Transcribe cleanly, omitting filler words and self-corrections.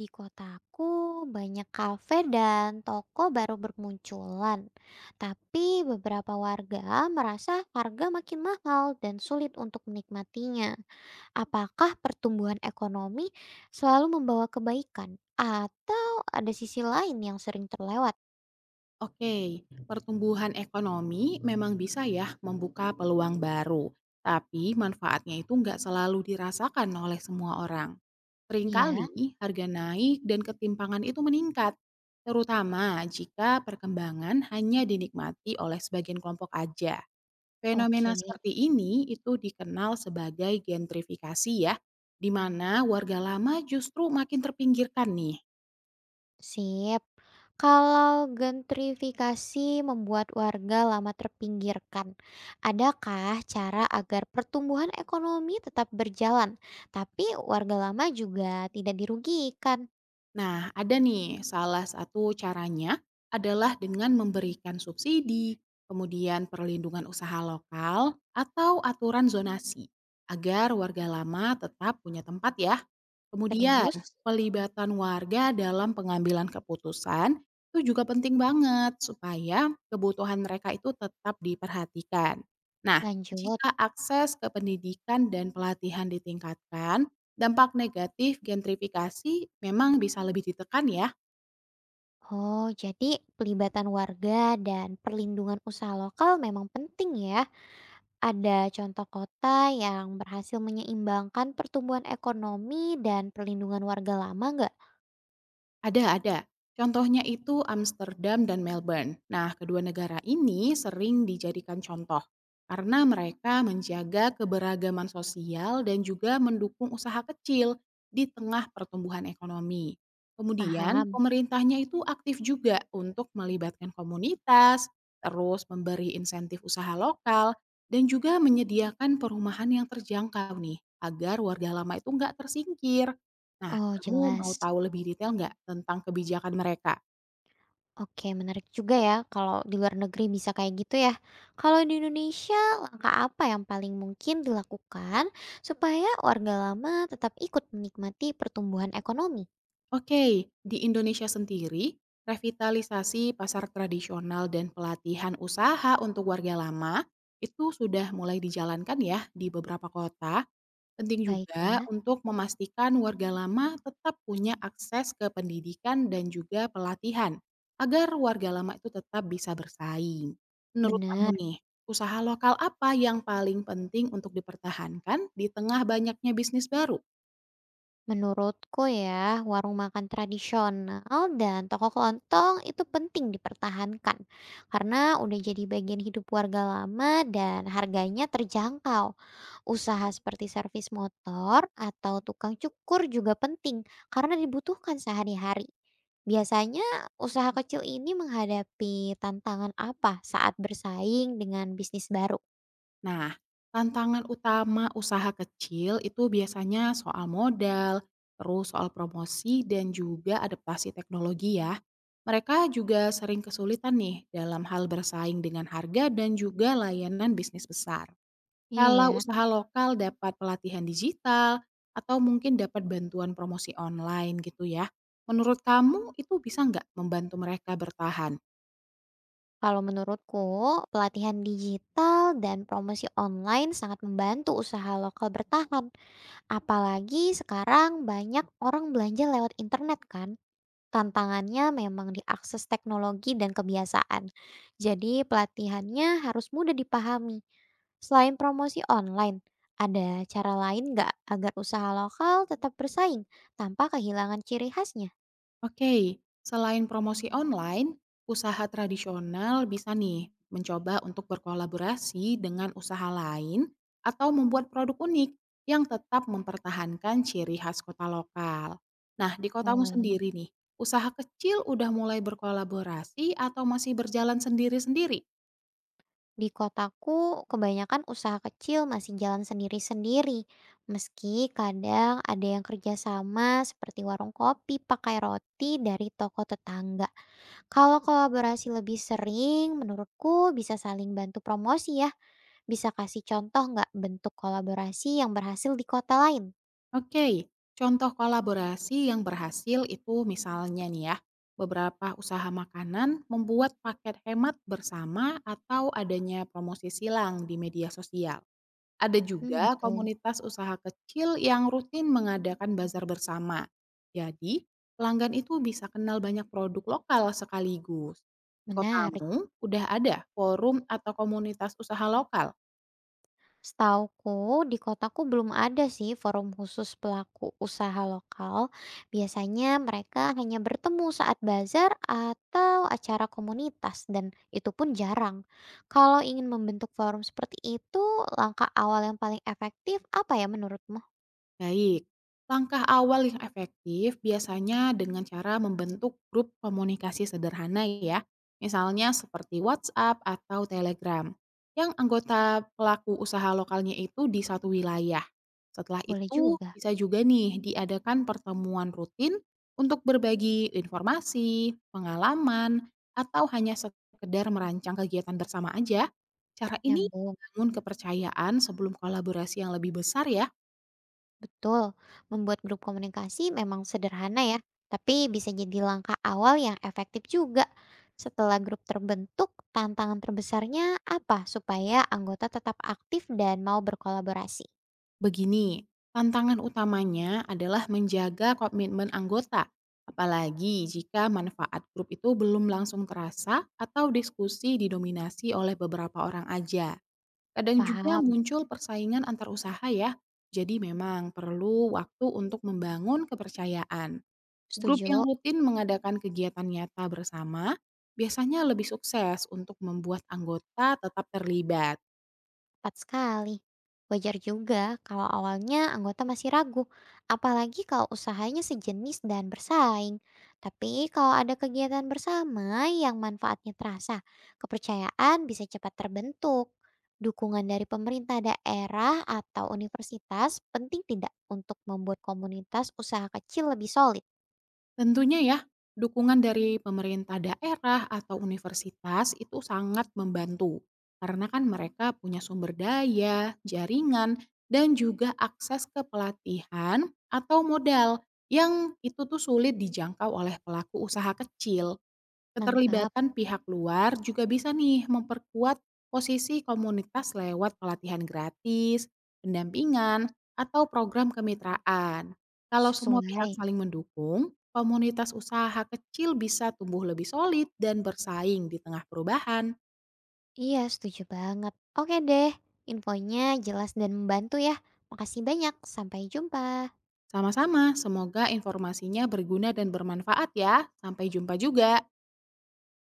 Di kotaku banyak kafe dan toko baru bermunculan, tapi beberapa warga merasa harga makin mahal dan sulit untuk menikmatinya. Apakah pertumbuhan ekonomi selalu membawa kebaikan atau ada sisi lain yang sering terlewat? Oke, pertumbuhan ekonomi memang bisa ya membuka peluang baru, tapi manfaatnya itu nggak selalu dirasakan oleh semua orang. Ya, Seringkali harga naik dan ketimpangan itu meningkat, terutama jika perkembangan hanya dinikmati oleh sebagian kelompok aja. oke. Fenomena seperti ini itu dikenal sebagai gentrifikasi ya, di mana warga lama justru makin terpinggirkan nih. Sip. Kalau gentrifikasi membuat warga lama terpinggirkan, adakah cara agar pertumbuhan ekonomi tetap berjalan, tapi warga lama juga tidak dirugikan? Nah, ada nih salah satu caranya adalah dengan memberikan subsidi, kemudian perlindungan usaha lokal atau aturan zonasi agar warga lama tetap punya tempat ya. Kemudian, Terus, pelibatan warga dalam pengambilan keputusan itu juga penting banget supaya kebutuhan mereka itu tetap diperhatikan. Nah, lanjut. jika akses ke pendidikan dan pelatihan ditingkatkan, dampak negatif gentrifikasi memang bisa lebih ditekan ya. Oh, jadi pelibatan warga dan perlindungan usaha lokal memang penting ya. Ada contoh kota yang berhasil menyeimbangkan pertumbuhan ekonomi dan perlindungan warga lama nggak? Ada, ada. Contohnya itu Amsterdam dan Melbourne. Nah, kedua negara ini sering dijadikan contoh karena mereka menjaga keberagaman sosial dan juga mendukung usaha kecil di tengah pertumbuhan ekonomi. Kemudian, Paham? pemerintahnya itu aktif juga untuk melibatkan komunitas, terus memberi insentif usaha lokal, dan juga menyediakan perumahan yang terjangkau nih, agar warga lama itu nggak tersingkir. Nah, Oh, "Kamu mau jelas. tahu lebih detail nggak tentang kebijakan mereka?" Oke, menarik juga ya kalau di luar negeri bisa kayak gitu ya. Kalau di Indonesia, langkah apa yang paling mungkin dilakukan supaya warga lama tetap ikut menikmati pertumbuhan ekonomi? Oke, di Indonesia sendiri, revitalisasi pasar tradisional dan pelatihan usaha untuk warga lama itu sudah mulai dijalankan ya di beberapa kota. Penting juga Baiklah, untuk memastikan warga lama tetap punya akses ke pendidikan dan juga pelatihan, agar warga lama itu tetap bisa bersaing. Menurut kamu benar. nih, usaha lokal apa yang paling penting untuk dipertahankan di tengah banyaknya bisnis baru? Menurutku ya, warung makan tradisional dan toko kelontong itu penting dipertahankan karena udah jadi bagian hidup warga lama dan harganya terjangkau. Usaha seperti servis motor atau tukang cukur juga penting karena dibutuhkan sehari-hari. Biasanya, usaha kecil ini menghadapi tantangan apa saat bersaing dengan bisnis baru? Nah, tantangan utama usaha kecil itu biasanya soal modal, terus soal promosi dan juga adaptasi teknologi ya. Mereka juga sering kesulitan nih dalam hal bersaing dengan harga dan juga layanan bisnis besar. Iya Kalau ya. usaha lokal dapat pelatihan digital atau mungkin dapat bantuan promosi online gitu ya. Menurut kamu itu bisa nggak membantu mereka bertahan? Kalau menurutku, pelatihan digital dan promosi online sangat membantu usaha lokal bertahan. Apalagi sekarang banyak orang belanja lewat internet kan? Tantangannya memang diakses teknologi dan kebiasaan. Jadi, pelatihannya harus mudah dipahami. Selain promosi online, ada cara lain nggak agar usaha lokal tetap bersaing tanpa kehilangan ciri khasnya? Oke, selain promosi online, usaha tradisional bisa nih mencoba untuk berkolaborasi dengan usaha lain atau membuat produk unik yang tetap mempertahankan ciri khas kota lokal. Nah, di kotamu Walah, sendiri nih, usaha kecil udah mulai berkolaborasi atau masih berjalan sendiri-sendiri? di kotaku, kebanyakan usaha kecil masih jalan sendiri-sendiri. Meski kadang ada yang kerjasama seperti warung kopi pakai roti dari toko tetangga. Kalau kolaborasi lebih sering, menurutku bisa saling bantu promosi ya. Bisa kasih contoh nggak bentuk kolaborasi yang berhasil di kota lain? Oke, contoh kolaborasi yang berhasil itu misalnya nih ya, beberapa usaha makanan membuat paket hemat bersama atau adanya promosi silang di media sosial. Ada Hmm, juga gitu. komunitas usaha kecil yang rutin mengadakan bazar bersama. Jadi, pelanggan itu bisa kenal banyak produk lokal sekaligus. Di Menarik. kotamu, udah ada forum atau komunitas usaha lokal? Setauku, di kotaku belum ada sih forum khusus pelaku usaha lokal. Biasanya mereka hanya bertemu saat bazar atau acara komunitas dan itu pun jarang. Kalau ingin membentuk forum seperti itu, langkah awal yang paling efektif apa ya menurutmu? Baik, langkah awal yang efektif biasanya dengan cara membentuk grup komunikasi sederhana ya, misalnya seperti WhatsApp atau Telegram, yang anggota pelaku usaha lokalnya itu di satu wilayah. Setelah Boleh itu, juga. bisa juga nih diadakan pertemuan rutin untuk berbagi informasi, pengalaman, atau hanya sekedar merancang kegiatan bersama aja. Cara ini Nyambung. membangun kepercayaan sebelum kolaborasi yang lebih besar ya. Betul, membuat grup komunikasi memang sederhana ya, tapi bisa jadi langkah awal yang efektif juga. Setelah grup terbentuk, tantangan terbesarnya apa supaya anggota tetap aktif dan mau berkolaborasi? Begini, tantangan utamanya adalah menjaga komitmen anggota, apalagi jika manfaat grup itu belum langsung terasa atau diskusi didominasi oleh beberapa orang aja. Kadang juga Paham? muncul persaingan antar usaha ya, jadi memang perlu waktu untuk membangun kepercayaan. Grup yang Setuju? rutin mengadakan kegiatan nyata bersama biasanya lebih sukses untuk membuat anggota tetap terlibat. Tepat sekali. Wajar juga kalau awalnya anggota masih ragu, apalagi kalau usahanya sejenis dan bersaing. Tapi kalau ada kegiatan bersama yang manfaatnya terasa, kepercayaan bisa cepat terbentuk. Dukungan dari pemerintah daerah atau universitas penting tidak untuk membuat komunitas usaha kecil lebih solid. Tentunya ya, dukungan dari pemerintah daerah atau universitas itu sangat membantu. Karena kan mereka punya sumber daya, jaringan, dan juga akses ke pelatihan atau modal yang itu tuh sulit dijangkau oleh pelaku usaha kecil. Nangkap, Keterlibatan pihak luar juga bisa nih memperkuat posisi komunitas lewat pelatihan gratis, pendampingan, atau program kemitraan. Kalau semua pihak sesuai. saling mendukung, komunitas usaha kecil bisa tumbuh lebih solid dan bersaing di tengah perubahan. Iya, setuju banget. Oke deh, infonya jelas dan membantu ya. Makasih banyak, sampai jumpa. Sama-sama, semoga informasinya berguna dan bermanfaat ya. Sampai jumpa juga.